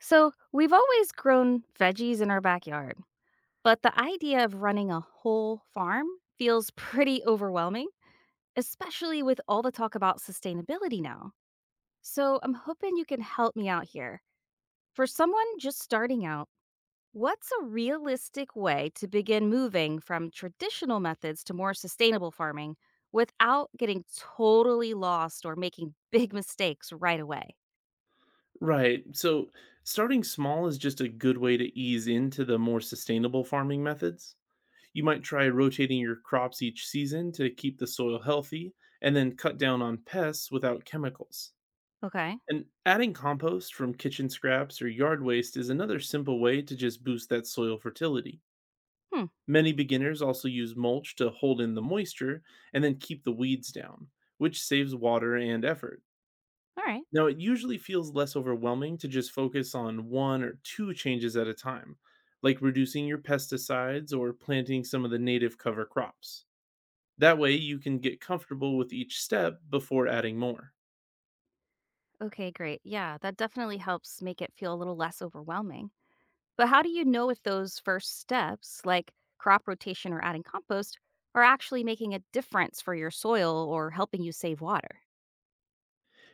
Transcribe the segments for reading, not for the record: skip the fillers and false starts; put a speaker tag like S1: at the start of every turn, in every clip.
S1: So, we've always grown veggies in our backyard, but the idea of running a whole farm feels pretty overwhelming, especially with all the talk about sustainability now. So, I'm hoping you can help me out here. For someone just starting out, what's a realistic way to begin moving from traditional methods to more sustainable farming without getting totally lost or making big mistakes right away?
S2: Right. So starting small is just a good way to ease into the more sustainable farming methods. You might try rotating your crops each season to keep the soil healthy and then cut down on pests without chemicals.
S1: Okay.
S2: And adding compost from kitchen scraps or yard waste is another simple way to just boost that soil fertility.
S1: Hmm.
S2: Many beginners also use mulch to hold in the moisture and then keep the weeds down, which saves water and effort.
S1: All right.
S2: Now, it usually feels less overwhelming to just focus on one or two changes at a time, like reducing your pesticides or planting some of the native cover crops. That way, you can get comfortable with each step before adding more.
S1: Okay, great. Yeah, that definitely helps make it feel a little less overwhelming. But how do you know if those first steps, like crop rotation or adding compost, are actually making a difference for your soil or helping you save water?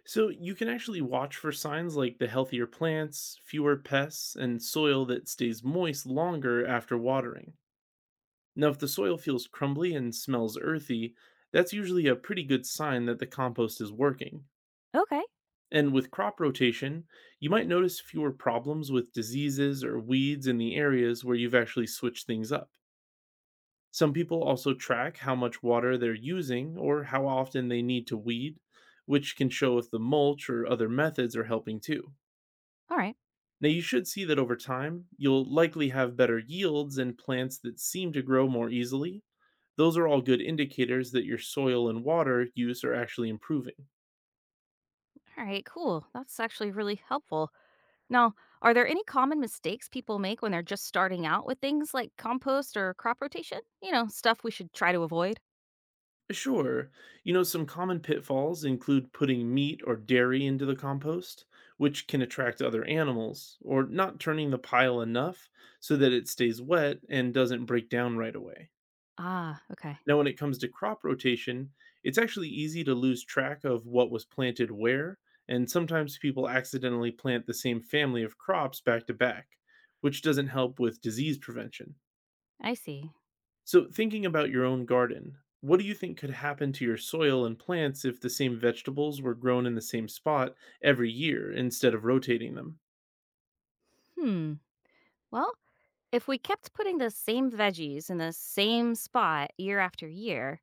S2: So, you can actually watch for signs like the healthier plants, fewer pests, and soil that stays moist longer after watering. Now, if the soil feels crumbly and smells earthy, that's usually a pretty good sign that the compost is working.
S1: Okay.
S2: And with crop rotation, you might notice fewer problems with diseases or weeds in the areas where you've actually switched things up. Some people also track how much water they're using or how often they need to weed, which can show if the mulch or other methods are helping too.
S1: All right.
S2: Now, you should see that over time, you'll likely have better yields and plants that seem to grow more easily. Those are all good indicators that your soil and water use are actually improving.
S1: All right, cool. That's actually really helpful. Now, are there any common mistakes people make when they're just starting out with things like compost or crop rotation? Stuff we should try to avoid?
S2: Sure. You know, some common pitfalls include putting meat or dairy into the compost, which can attract other animals, or not turning the pile enough so that it stays wet and doesn't break down right away.
S1: Ah, okay.
S2: Now, when it comes to crop rotation, it's actually easy to lose track of what was planted where, and sometimes people accidentally plant the same family of crops back to back, which doesn't help with disease prevention.
S1: I see.
S2: So, thinking about your own garden, what do you think could happen to your soil and plants if the same vegetables were grown in the same spot every year instead of rotating them?
S1: Hmm. Well, if we kept putting the same veggies in the same spot year after year,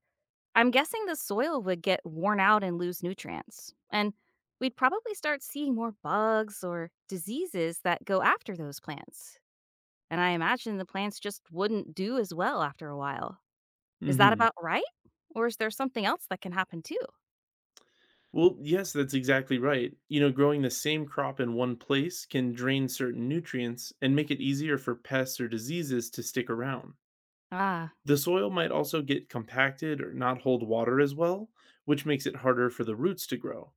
S1: I'm guessing the soil would get worn out and lose nutrients. And we'd probably start seeing more bugs or diseases that go after those plants. And I imagine the plants just wouldn't do as well after a while. Is that
S2: Hmm.
S1: about right? Or is there something else that can happen too?
S2: Well, yes, that's exactly right. You know, growing the same crop in one place can drain certain nutrients and make it easier for pests or diseases to stick around.
S1: Ah,
S2: The soil might also get compacted or not hold water as well, which makes it harder for the roots to grow.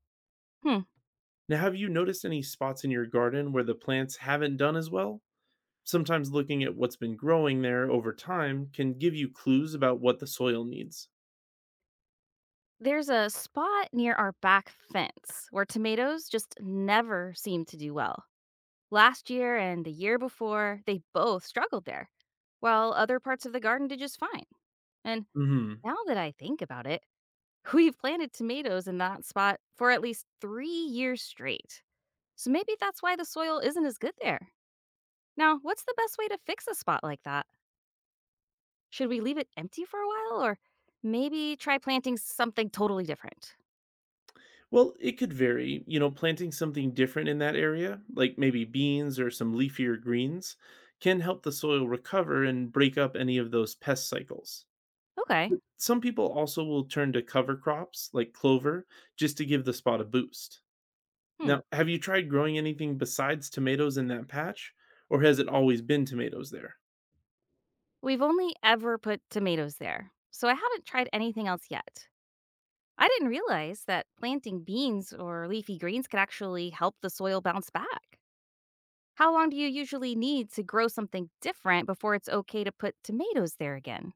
S1: hmm.
S2: Now, have you noticed any spots in your garden where the plants haven't done as well? Sometimes looking at what's been growing there over time can give you clues about what the soil needs.
S1: There's a spot near our back fence where tomatoes just never seem to do well. Last year and the year before, they both struggled there, while other parts of the garden did just fine. And
S2: Hmm.
S1: now that I think about it, we've planted tomatoes in that spot for at least 3 years straight. So maybe that's why the soil isn't as good there. Now, what's the best way to fix a spot like that? Should we leave it empty for a while or maybe try planting something totally different?
S2: Well, it could vary. You know, planting something different in that area, like maybe beans or some leafier greens, can help the soil recover and break up any of those pest cycles.
S1: Okay.
S2: But some people also will turn to cover crops like clover just to give the spot a boost.
S1: Hmm.
S2: Now, have you tried growing anything besides tomatoes in that patch, or has it always been tomatoes there?
S1: We've only ever put tomatoes there, so I haven't tried anything else yet. I didn't realize that planting beans or leafy greens could actually help the soil bounce back. How long do you usually need to grow something different before it's okay to put tomatoes there again?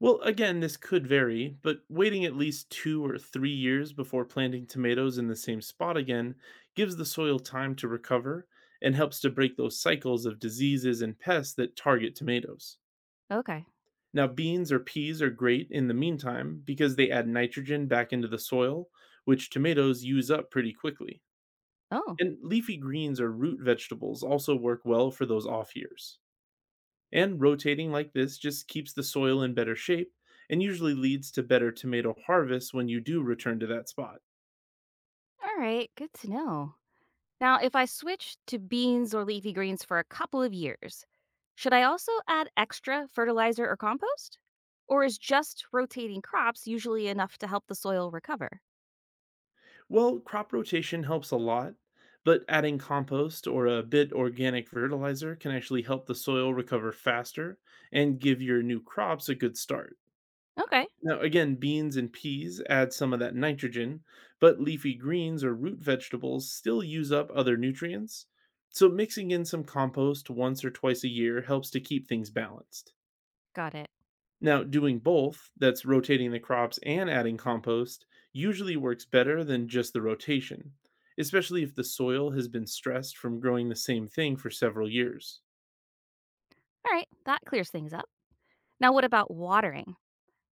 S2: Well, again, this could vary, but waiting at least 2 or 3 years before planting tomatoes in the same spot again gives the soil time to recover and helps to break those cycles of diseases and pests that target tomatoes.
S1: Okay.
S2: Now, beans or peas are great in the meantime because they add nitrogen back into the soil, which tomatoes use up pretty quickly.
S1: Oh,
S2: And leafy greens or root vegetables also work well for those off years. And rotating like this just keeps the soil in better shape and usually leads to better tomato harvests when you do return to that spot.
S1: all right. Good to know. Now, if I switch to beans or leafy greens for a couple of years, should I also add extra fertilizer or compost? Or is just rotating crops usually enough to help the soil recover?
S2: Well, crop rotation helps a lot, but adding compost or a bit organic fertilizer can actually help the soil recover faster and give your new crops a good start.
S1: Okay,
S2: Now, again, beans and peas add some of that nitrogen, but leafy greens or root vegetables still use up other nutrients. So, mixing in some compost once or twice a year helps to keep things balanced.
S1: got it.
S2: Now, doing both, that's rotating the crops and adding compost, usually works better than just the rotation, especially if the soil has been stressed from growing the same thing for several years.
S1: All right, that clears things up. Now, what about watering?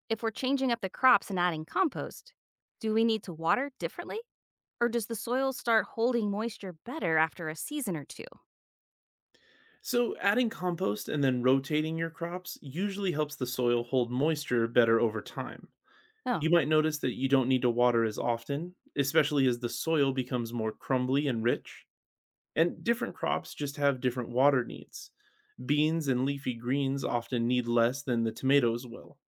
S1: If we're changing up the crops and adding compost, do we need to water differently? Or does the soil start holding moisture better after a season or two?
S2: So, adding compost and then rotating your crops usually helps the soil hold moisture better over time.
S1: Oh,
S2: You might notice that you don't need to water as often, especially as the soil becomes more crumbly and rich. And different crops just have different water needs. Beans and leafy greens often need less than the tomatoes will.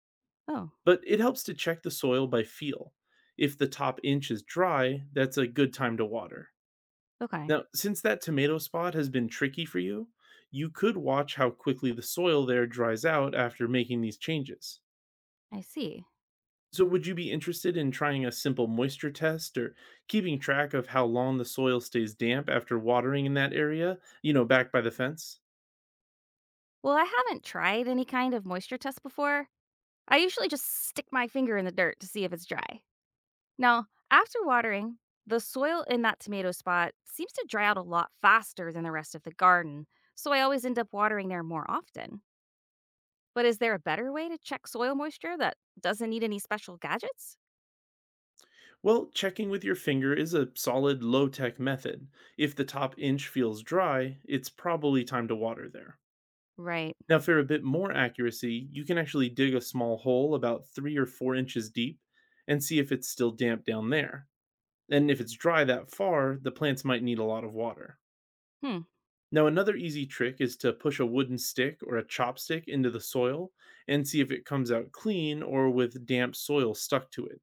S1: oh,
S2: But it helps to check the soil by feel. If the top inch is dry, that's a good time to water.
S1: okay,
S2: Now, since that tomato spot has been tricky for you, you could watch how quickly the soil there dries out after making these changes.
S1: I see.
S2: So, would you be interested in trying a simple moisture test or keeping track of how long the soil stays damp after watering in that area, back by the fence?
S1: Well, I haven't tried any kind of moisture test before. I usually just stick my finger in the dirt to see if it's dry. Now, after watering, the soil in that tomato spot seems to dry out a lot faster than the rest of the garden, so I always end up watering there more often. But is there a better way to check soil moisture that doesn't need any special gadgets?
S2: Well, checking with your finger is a solid low tech method. If the top inch feels dry, it's probably time to water there.
S1: Right.
S2: Now, for a bit more accuracy, you can actually dig a small hole about 3 or 4 inches deep and see if it's still damp down there. And if it's dry that far, the plants might need a lot of water.
S1: Hmm.
S2: Now, another easy trick is to push a wooden stick or a chopstick into the soil and see if it comes out clean or with damp soil stuck to it.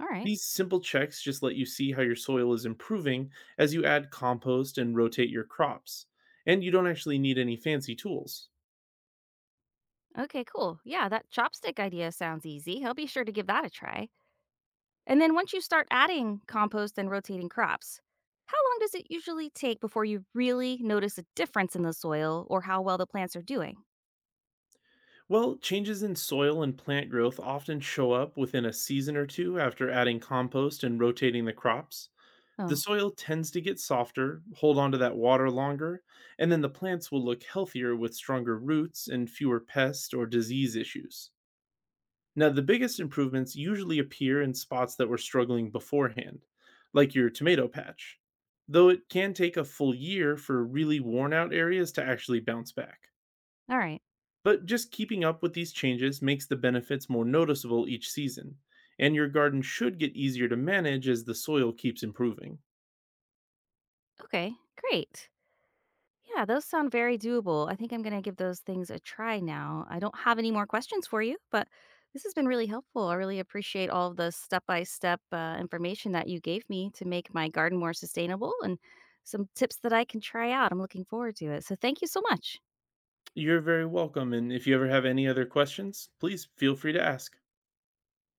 S1: All right.
S2: These simple checks just let you see how your soil is improving as you add compost and rotate your crops. And you don't actually need any fancy tools.
S1: Okay, cool. Yeah, that chopstick idea sounds easy. I'll be sure to give that a try. And then once you start adding compost and rotating crops, how long does it usually take before you really notice a difference in the soil or how well the plants are doing?
S2: Well, changes in soil and plant growth often show up within a season or two after adding compost and rotating the crops. The
S1: Oh,
S2: soil tends to get softer, hold on to that water longer, and then the plants will look healthier with stronger roots and fewer pest or disease issues. Now, the biggest improvements usually appear in spots that were struggling beforehand, like your tomato patch, though it can take a full year for really worn out areas to actually bounce back.
S1: all right.
S2: But just keeping up with these changes makes the benefits more noticeable each season, and your garden should get easier to manage as the soil keeps improving.
S1: Okay, great. Yeah, those sound very doable. I think I'm going to give those things a try now. I don't have any more questions for you, but this has been really helpful. I really appreciate all of the step by step information that you gave me to make my garden more sustainable and some tips that I can try out. I'm looking forward to it. So, thank you so much.
S2: You're very welcome, and if you ever have any other questions, please feel free to ask.